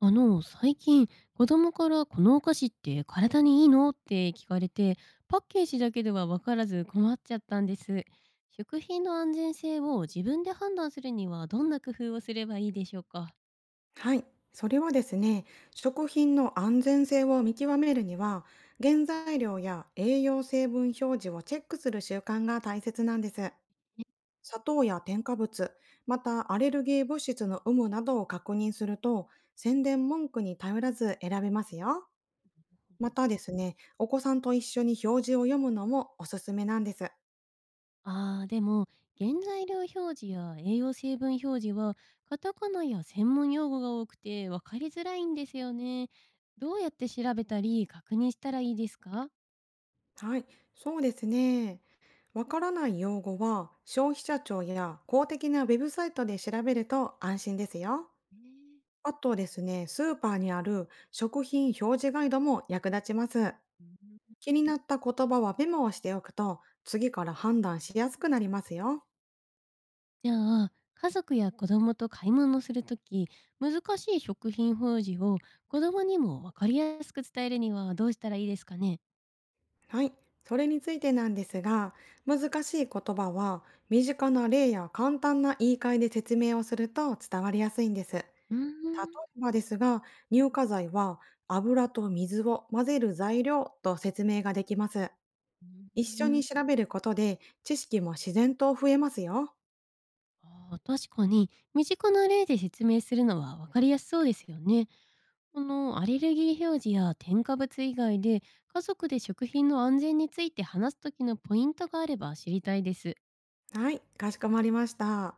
最近、子供からこのお菓子って体にいいのって聞かれて、パッケージだけでは分からず困っちゃったんです。食品の安全性を自分で判断するにはどんな工夫をすればいいでしょうかはい、それはですね、食品の安全性を見極めるには、原材料や栄養成分表示をチェックする習慣が大切なんです。ね？砂糖や添加物、またアレルギー物質の有無などを確認すると、宣伝文句に頼らず選べますよ。またですね、お子さんと一緒に表示を読むのもおすすめなんです。あー、でも、原材料表示や栄養成分表示は、カタカナや専門用語が多くて分かりづらいんですよね。どうやって調べたり確認したらいいですか？はい、そうですね。わからない用語は消費者庁や公的なウェブサイトで調べると安心ですよ。ねえ。あとですね、スーパーにある食品表示ガイドも役立ちます。うん。気になった言葉はメモをしておくと次から判断しやすくなりますよ。じゃあ家族や子供と買い物するとき、難しい食品表示を子供にも分かりやすく伝えるにはどうしたらいいですかね？はい、それについてなんですが、難しい言葉は身近な例や簡単な言い換えで説明をすると伝わりやすいんです。例うーん。えばですが、乳化剤は油と水を混ぜる材料と説明ができます。一うー緒ん。に調べることで知識も自然と増えますよ。あー、確かに身近な例で説明するのは分かりやすそうですよね。このアレルギー表示や添加物以外で、家族で食品の安全について話す時のポイントがあれば知りたいです。はい、かしこまりました。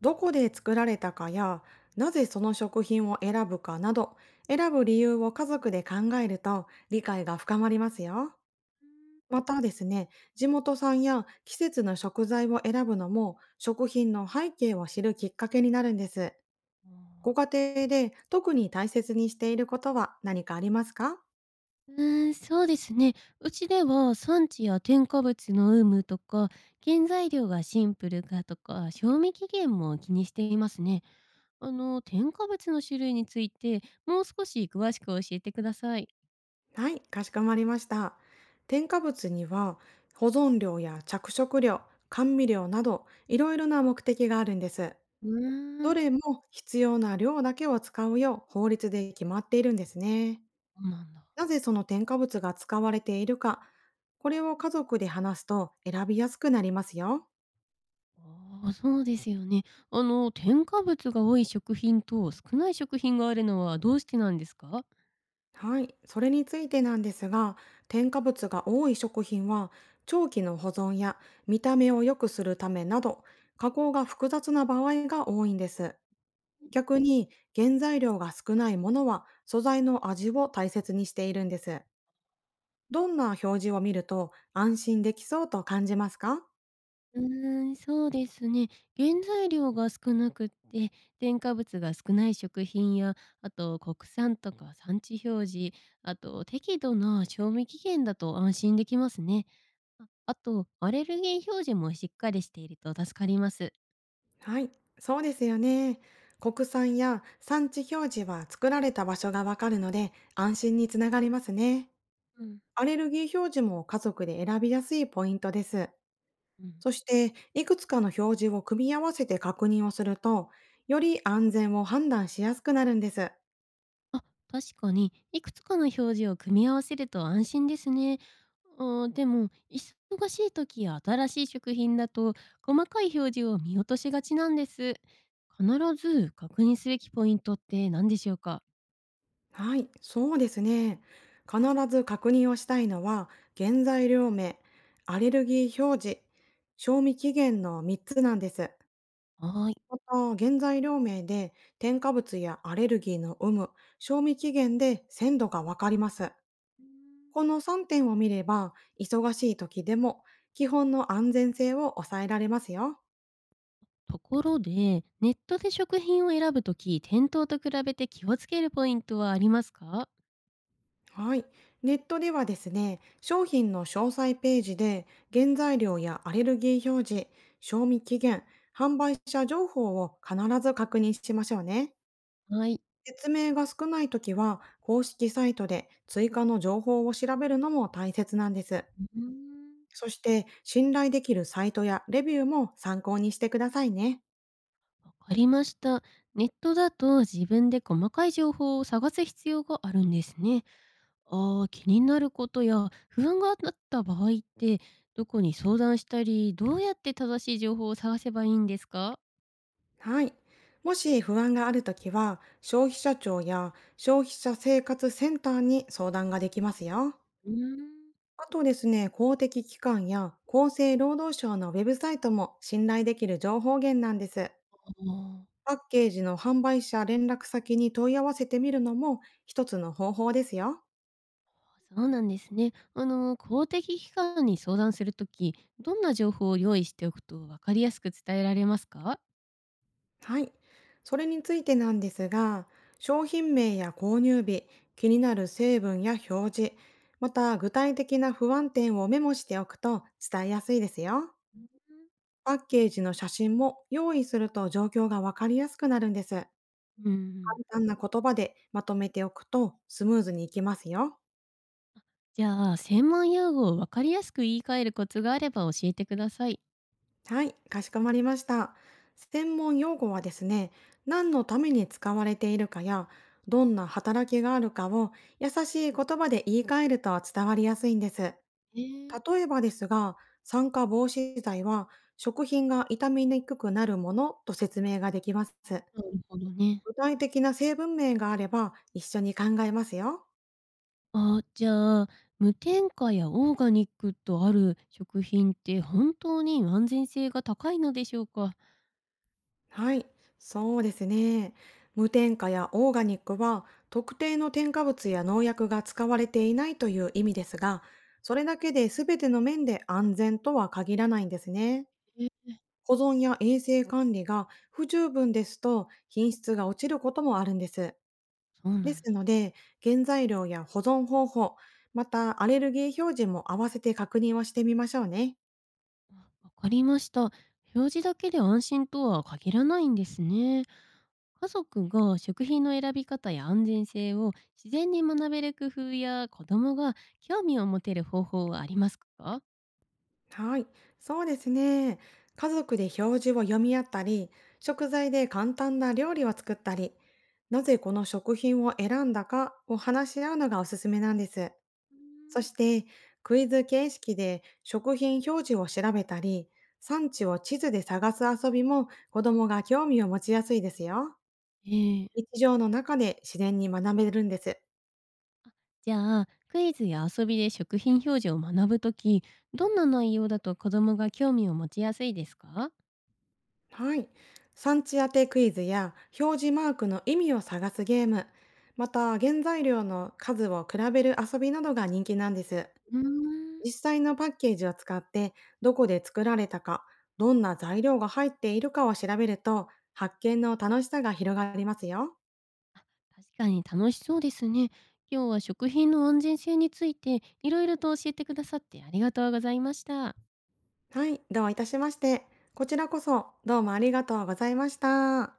どこで作られたかや、なぜその食品を選ぶかなど、選ぶ理由を家族で考えると理解が深まりますよ。またですね、地元産や季節の食材を選ぶのも食品の背景を知るきっかけになるんです。あごー。家庭で特に大切にしていることは何かありますか？うーん、そうですね。うちでは産地や添加物の有無とか、原材料がシンプルかとか、賞味期限も気にしていますね。添加物の種類について、もう少し詳しく教えてください。はい、かしこまりました。添加物には保存料や着色料、甘味料などいろいろな目的があるんです。うーどん、れも必要な量だけを使うよう法律で決まっているんですね。そうなんだ。なぜその添加物が使われているか、これを家族で話すと選びやすくなりますよ。ああ、そうですよね。添加物が多い食品と少ない食品があるのはどうしてなんですか？はい、それについてなんですが、添加物が多い食品は、長期の保存や見た目を良くするためなど、加工が複雑な場合が多いんです。逆に、原材料が少ないものは、素材の味を大切にしているんです。どんな表示を見ると安心できそうと感じますか？うーん、そうですね。原材料が少なくって、添加物が少ない食品や、あと国産とか産地表示、あと適度な賞味期限だと安心できますね。ああと、アレルギー表示もしっかりしていると助かります。はい、そうですよね。国産や産地表示は作られた場所がわかるので、安心につながりますね。うん。アレルギー表示も家族で選びやすいポイントです。うん。そして、いくつかの表示を組み合わせて確認をすると、より安全を判断しやすくなるんです。あ、確かに、いくつかの表示を組み合わせると安心ですね。あー、でも、忙しい時や新しい食品だと、細かい表示を見落としがちなんです。必ず確認すべきポイントって何でしょうか？はい、そうですね。必ず確認をしたいのは、原材料名、アレルギー表示、賞味期限の3つなんです。はい。また、原材料名で添加物やアレルギーの有無、賞味期限で鮮度がわかります。この3点を見れば、忙しい時でも基本の安全性を抑えられますよ。ところで、ネットで食品を選ぶとき、店頭と比べて気をつけるポイントはありますか？はい。ネットではですね、商品の詳細ページで原材料やアレルギー表示、賞味期限、販売者情報を必ず確認しましょうね。はい。説明が少ない時は、公式サイトで追加の情報を調べるのも大切なんです。うーん。そして、信頼できるサイトやレビューも参考にしてくださいね。わかりました。ネットだと自分で細かい情報を探す必要があるんですね。ああ、気になることや不安があった場合って、どこに相談したり、どうやって正しい情報を探せばいいんですか？はい。もし不安があるときは、消費者庁や消費者生活センターに相談ができますよ。うーん。あとですね、公的機関や厚生労働省のウェブサイトも信頼できる情報源なんです。ああ、パッケージの販売者連絡先に問い合わせてみるのも一つの方法ですよ。そうなんですね。公的機関に相談するときどんな情報を用意しておくと分かりやすく伝えられますか？はい。それについてなんですが、商品名や購入日、気になる成分や表示、また具体的な不安点をメモしておくと伝えやすいですよ。うん。パッケージの写真も用意すると状況がわかりやすくなるんです。うん。簡単な言葉でまとめておくとスムーズにいきますよ。じゃあ、専門用語を分かりやすく言い換えるコツがあれば教えてください。はい、かしこまりました。専門用語はですね、何のために使われているかや、どんな働きがあるかを優しい言葉で言い換えると伝わりやすいんです。ええ、例えばですが、酸化防止剤は食品が傷みにくくなるものと説明ができます。なるほどね。具体的な成分名があれば一緒に考えますよ。あ、じゃあ、無添加やオーガニックとある食品って本当に安全性が高いのでしょうか？はい、そうですね。無添加やオーガニックは特定の添加物や農薬が使われていないという意味ですが、それだけで全ての面で安全とは限らないんですね。え、保存や衛生管理が不十分ですと品質が落ちることもあるんです。そうでなんすのだ。で、原材料や保存方法、またアレルギー表示も合わせて確認をしてみましょうね。わかりました。表示だけで安心とは限らないんですね。家族が食品の選び方や安全性を自然に学べる工夫や、子供が興味を持てる方法はありますか？はい、そうですね。家族で表示を読み合ったり、食材で簡単な料理を作ったり、なぜこの食品を選んだかを話し合うのがおすすめなんです。うーそん。して、クイズ形式で食品表示を調べたり、産地を地図で探す遊びも子供が興味を持ちやすいですよ。ええ。日常の中で自然に学べるんです。じゃあクイズや遊びで食品表示を学ぶとき、どんな内容だと子供が興味を持ちやすいですか？はい。産地当てクイズや表示マークの意味を探すゲーム、また原材料の数を比べる遊びなどが人気なんです。うーん。実際のパッケージを使ってどこで作られたか、どんな材料が入っているかを調べると発見の楽しさが広がりますよ。確かに楽しそうですね。今日は食品の安全性についていろいろと教えてくださってありがとうございました。はい、どういたしまして。こちらこそどうもありがとうございました。